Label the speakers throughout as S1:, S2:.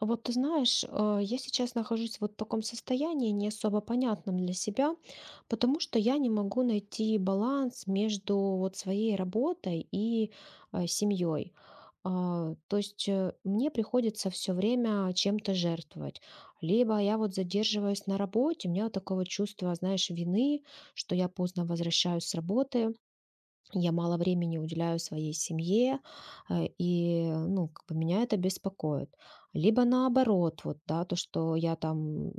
S1: Вот ты знаешь, я сейчас нахожусь вот в таком состоянии, не особо понятном для себя, потому что я не могу найти баланс между вот своей работой и семьей. То есть мне приходится все время чем-то жертвовать. Либо я вот задерживаюсь на работе, у меня вот такое вот чувство, знаешь, вины, что я поздно возвращаюсь с работы, я мало времени уделяю своей семье, и, ну, как бы меня это беспокоит. Либо наоборот, вот, да, то, что я там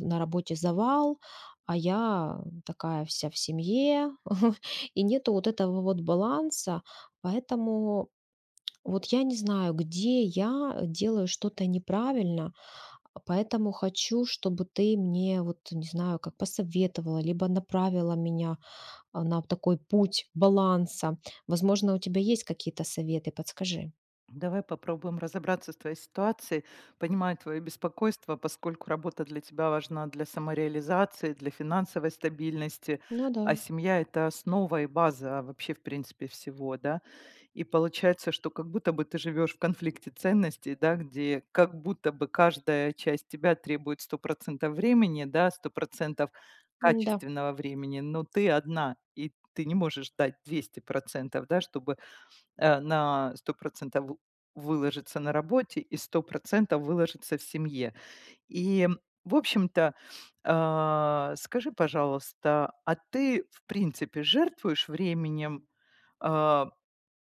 S1: на работе завал, а я такая вся в семье, и нету вот этого вот баланса, поэтому вот я не знаю, где я делаю что-то неправильно, поэтому хочу, чтобы ты мне, вот, не знаю, как посоветовала, либо направила меня на такой путь баланса. Возможно, у тебя есть какие-то советы, подскажи.
S2: Давай попробуем разобраться с твоей ситуацией. Понимаю твое беспокойство, поскольку работа для тебя важна для самореализации, для финансовой стабильности,
S1: Ну да,
S2: а семья– это основа и база вообще, в принципе, всего, да. И получается, что как будто бы ты живешь в конфликте ценностей, да, где как будто бы каждая часть тебя требует 100% времени, да, 100%
S1: да.
S2: качественного времени, но ты одна, и ты не можешь дать 200%, да, чтобы на 100 в выложится на работе и 100% выложится в семье. И, в общем-то, скажи, пожалуйста, а ты, в принципе, жертвуешь временем, а,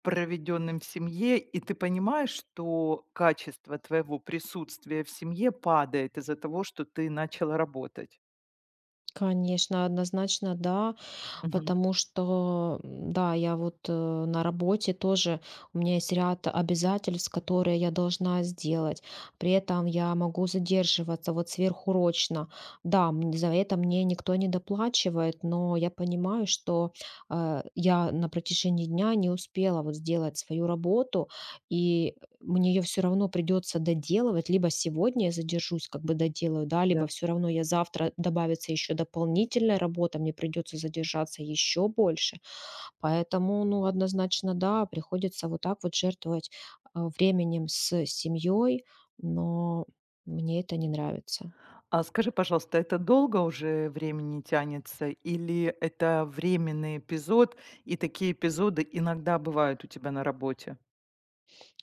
S2: проведенным в семье, и ты понимаешь, что качество твоего присутствия в семье падает из-за того, что ты начала работать?
S1: Конечно, однозначно да,
S2: Мгм.
S1: потому что, м, да, я вот на работе тоже, у меня есть ряд обязательств, которые я должна сделать. При этом я могу задерживаться вот сверхурочно. Да, м, за это мне никто не доплачивает, но я понимаю, что я на протяжении дня не успела вот сделать свою работу, и мне ее все равно придется доделывать. Либо сегодня я задержусь, как бы доделаю, да, либо
S2: Да.
S1: все равно я завтра добавится еще дополнительная работа, мне придется задержаться еще больше. Поэтому, ну, однозначно, да, приходится вот так вот жертвовать, временем с семьей, но мне это не нравится.
S2: А скажи, пожалуйста, это долго уже времени тянется или это временный эпизод, и такие эпизоды иногда бывают у тебя на работе?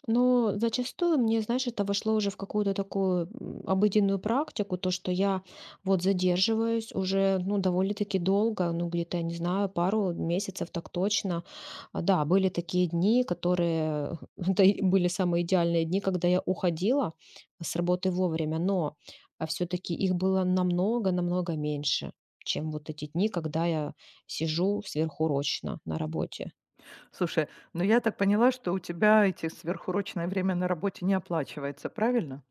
S1: Но зачастую мне, знаешь, это вошло уже в какую-то такую обыденную практику, то, что я вот задерживаюсь уже, ну, довольно-таки долго, ну, где-то, я не знаю, пару месяцев так точно. Да, были такие дни, которые, это и были самые идеальные дни, когда я уходила с работы вовремя, но все-таки их было намного-намного меньше, чем вот эти дни, когда я сижу сверхурочно на
S2: Мгм.
S1: работе.
S2: Слушай, ну я так поняла, что у тебя эти сверхурочное время на работе не оплачивается, правильно?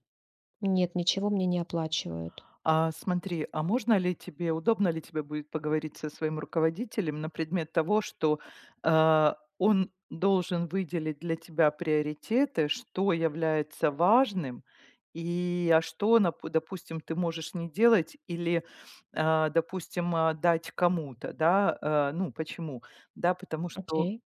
S1: Нет, ничего мне не оплачивают.
S2: А смотри, а можно ли тебе, удобно ли тебе будет поговорить со своим руководителем на предмет того, что он должен выделить для тебя приоритеты, что является важным, и что, допустим, ты можешь не делать или, допустим, дать кому-то, да, ну почему, да, потому что.
S1: Окей.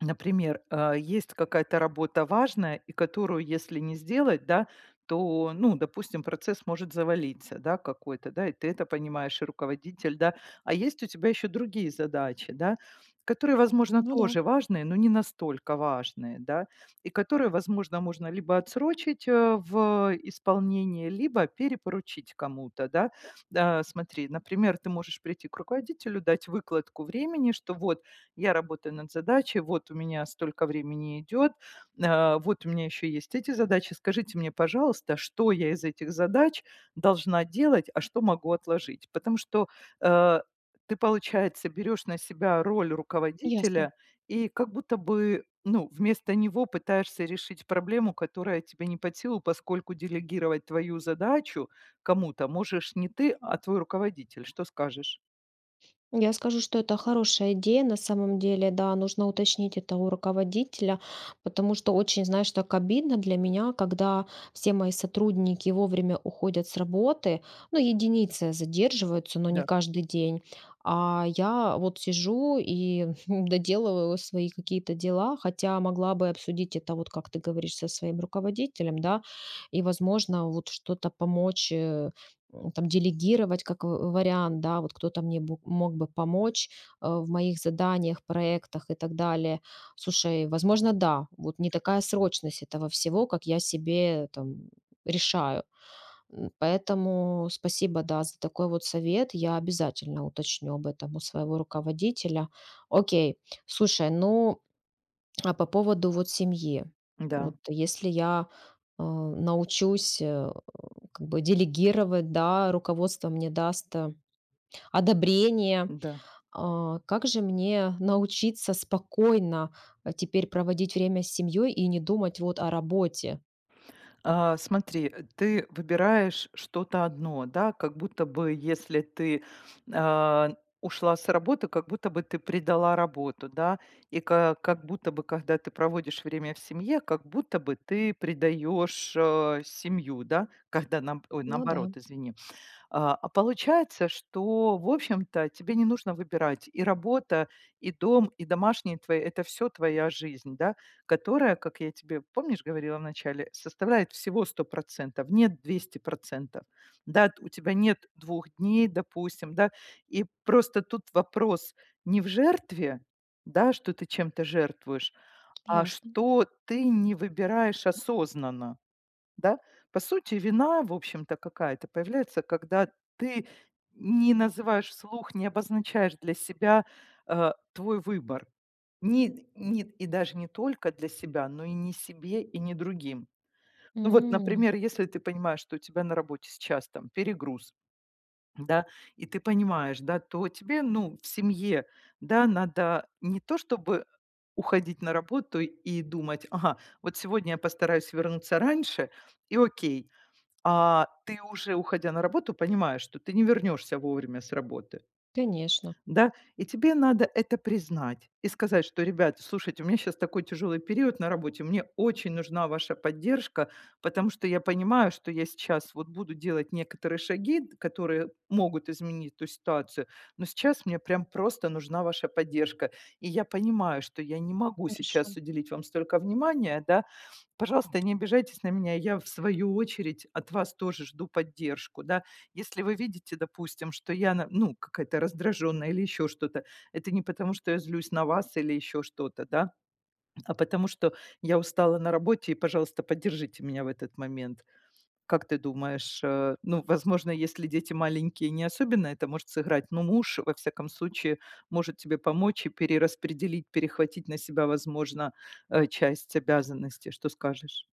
S2: Например, есть какая-то работа важная, и которую, если не сделать, да, то, ну, допустим, процесс может завалиться, да, какой-то, да, и ты это понимаешь, и руководитель, да. А есть у тебя еще другие задачи, да, которые, возможно,
S1: Ну да.
S2: тоже важные, но не настолько важные, да, и которые, возможно, можно либо отсрочить в исполнении, либо перепоручить кому-то, да. Да, смотри, например, ты можешь прийти к руководителю, дать выкладку времени, что вот я работаю над задачей, вот у меня столько времени идет, вот у меня еще есть эти задачи. Скажите мне, пожалуйста, что я из этих задач должна делать, а что могу отложить? Потому что э, ты, получается, берешь на себя роль
S1: Ясно.
S2: руководителя и как будто бы, ну, вместо него пытаешься решить проблему, которая тебе не под силу, поскольку делегировать твою задачу кому-то можешь не ты, а твой руководитель. Что скажешь?
S1: Я скажу, что это хорошая идея, на самом деле, да, нужно уточнить это у руководителя, потому что очень, знаешь, так обидно для меня, когда все мои сотрудники вовремя уходят с работы, ну, единицы задерживаются, но не
S2: Да,
S1: каждый день, а я вот сижу и доделываю свои какие-то дела, хотя могла бы обсудить это, вот как ты говоришь, со своим руководителем, да, и, возможно, вот что-то помочь там делегировать как в вариант, да, вот кто-то мне мог бы помочь в моих заданиях, проектах и так далее. Слушай, возможно, да, вот не такая срочность этого всего, как я себе там решаю. Поэтому спасибо, да, за такой вот совет. Я обязательно уточню об этом у своего руководителя. Окей, слушай, ну, а по поводу вот семьи.
S2: да,
S1: Вот если я научусь как бы делегировать, да, руководство мне даст одобрение.
S2: да.
S1: Как же мне научиться спокойно теперь проводить время с семьей и не думать вот о работе?
S2: Смотри, ты выбираешь что-то одно, да, как будто бы если ты, а, ушла с работы, как будто бы ты предала работу, да, и ка как будто бы, когда ты проводишь время в семье, как будто бы ты предаешь, семью, да, когда нам, ой,
S1: Ну да,
S2: наоборот, извини. А получается, что, в общем-то, тебе не нужно выбирать. И работа, и дом, и домашние твои- это все твоя жизнь, да, которая, как я тебе, помнишь, говорила вначале, составляет всего 100%. Нет 200%. Да, у тебя нет двух дней, допустим, да. И просто тут вопрос не в жертве, да, что ты чем-то жертвуешь, а
S1: ясно.
S2: что ты не выбираешь осознанно. Да? По сути, вина, в общем-то, какая-то появляется, когда ты не называешь вслух, не обозначаешь для себя, твой выбор. Не и даже не только для себя, но и не себе, и не другим. Ну вот,
S1: М,
S2: например, если ты понимаешь, что у тебя на работе сейчас там перегруз, да, и ты понимаешь, да, то тебе, ну, в семье, да, надо не то чтобы уходить на работу и думать: "Ага, вот сегодня я постараюсь вернуться раньше, и окей". А ты уже, уходя на работу, понимаешь, что ты не вернешься вовремя с работы.
S1: конечно.
S2: Да, и тебе надо это признать и сказать, что, ребят, слушайте, у меня сейчас такой тяжелый период на работе, мне очень нужна ваша поддержка, потому что я понимаю, что я сейчас вот буду делать некоторые шаги, которые могут изменить эту ситуацию, но сейчас мне прям просто нужна ваша поддержка. И я понимаю, что я не могу
S1: Хорошо.
S2: сейчас уделить вам столько внимания, да, пожалуйста, не обижайтесь на меня, я в свою очередь от вас тоже жду поддержку, да, если вы видите, допустим, что я, ну, какая-то раздраженная или еще что-то, это не потому, что я злюсь на вас или еще что-то, да, а потому что я устала на работе, и, пожалуйста, поддержите меня в этот момент. Как ты думаешь, ну, возможно, если дети маленькие, не особенно это может сыграть, но муж, во всяком случае, может тебе помочь и перераспределить, перехватить на себя, возможно, часть обязанностей. Что скажешь?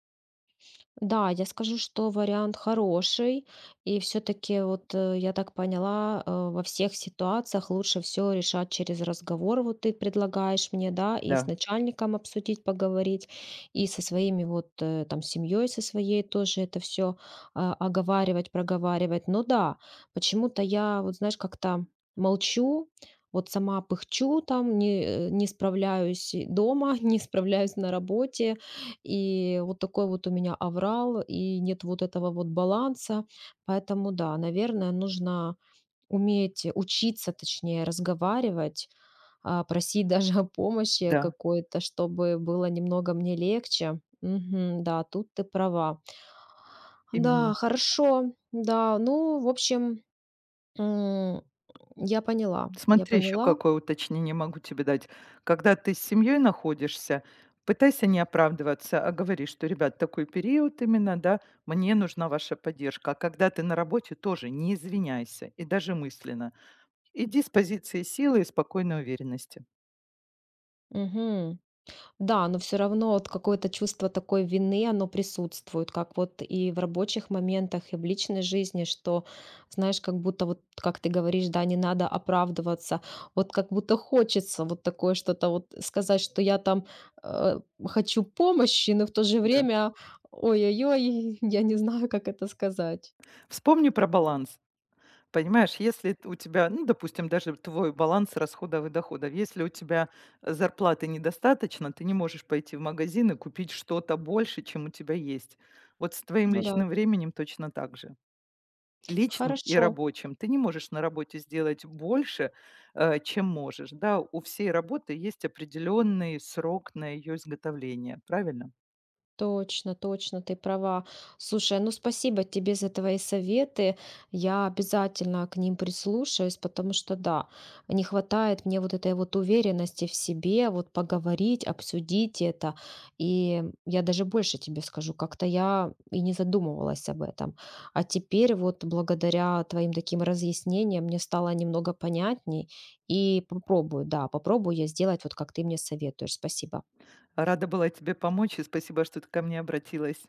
S1: Да, я скажу, что вариант хороший, и все-таки вот я так поняла, во всех ситуациях лучше все решать через разговор, вот ты предлагаешь мне, да, и с
S2: Да,
S1: начальником обсудить, поговорить, и со своими вот там семьей, со своей тоже это все оговаривать, проговаривать. Но да, почему-то я вот, знаешь, как-то молчу, вот сама пыхчу там, не, не справляюсь и дома, не справляюсь на работе, и вот такой вот у меня аврал, и нет вот этого вот баланса. Поэтому да, наверное, нужно уметь учиться, точнее, разговаривать, просить даже о помощи
S2: да,
S1: какой-то, чтобы было немного мне легче. Мгм, да, тут ты права.
S2: именно.
S1: Да, хорошо. Да, ну, в общем, м, я поняла, я
S2: Смотри, еще
S1: поняла.
S2: какое уточнение могу тебе дать. Когда ты с семьей находишься, пытайся не оправдываться, а говори, что, ребят, такой период именно, да, мне нужна ваша поддержка. А когда ты на работе, тоже не извиняйся, и даже мысленно. Иди с позиции силы и спокойной уверенности.
S1: Мгм. Да, но все равно вот какое-то чувство такой вины, оно присутствует, как вот и в рабочих моментах, и в личной жизни, что, знаешь, как будто вот, как ты говоришь, да, не надо оправдываться, вот как будто хочется вот такое что-то вот сказать, что я там, хочу помощи, но в то же
S2: Да.
S1: время, ой-ой-ой, я не знаю, как это сказать.
S2: Вспомни про баланс. Понимаешь, если т у тебя, ну, допустим, даже твой баланс расходов и доходов, если у тебя зарплаты недостаточно, ты не можешь пойти в магазин и купить что-то больше, чем у тебя есть. Вот с твоим
S1: Ну да,
S2: личным временем точно так же. Личным и
S1: хорошо.
S2: рабочим. Ты не можешь на работе сделать больше, чем можешь. Да, у всей работы есть определенный срок на ее изготовление, правильно?
S1: Точно, точно, ты права. Слушай, ну спасибо тебе за твои советы. Я обязательно к ним прислушаюсь, потому что, да, не хватает мне вот этой вот уверенности в себе, вот поговорить, обсудить это. И я даже больше тебе скажу, как-то я и не задумывалась об этом. А теперь вот благодаря твоим таким разъяснениям мне стало немного понятней. И попробую, да, попробую я сделать вот как ты мне советуешь. Спасибо.
S2: Рада была тебе помочь и спасибо, что ты ко мне обратилась.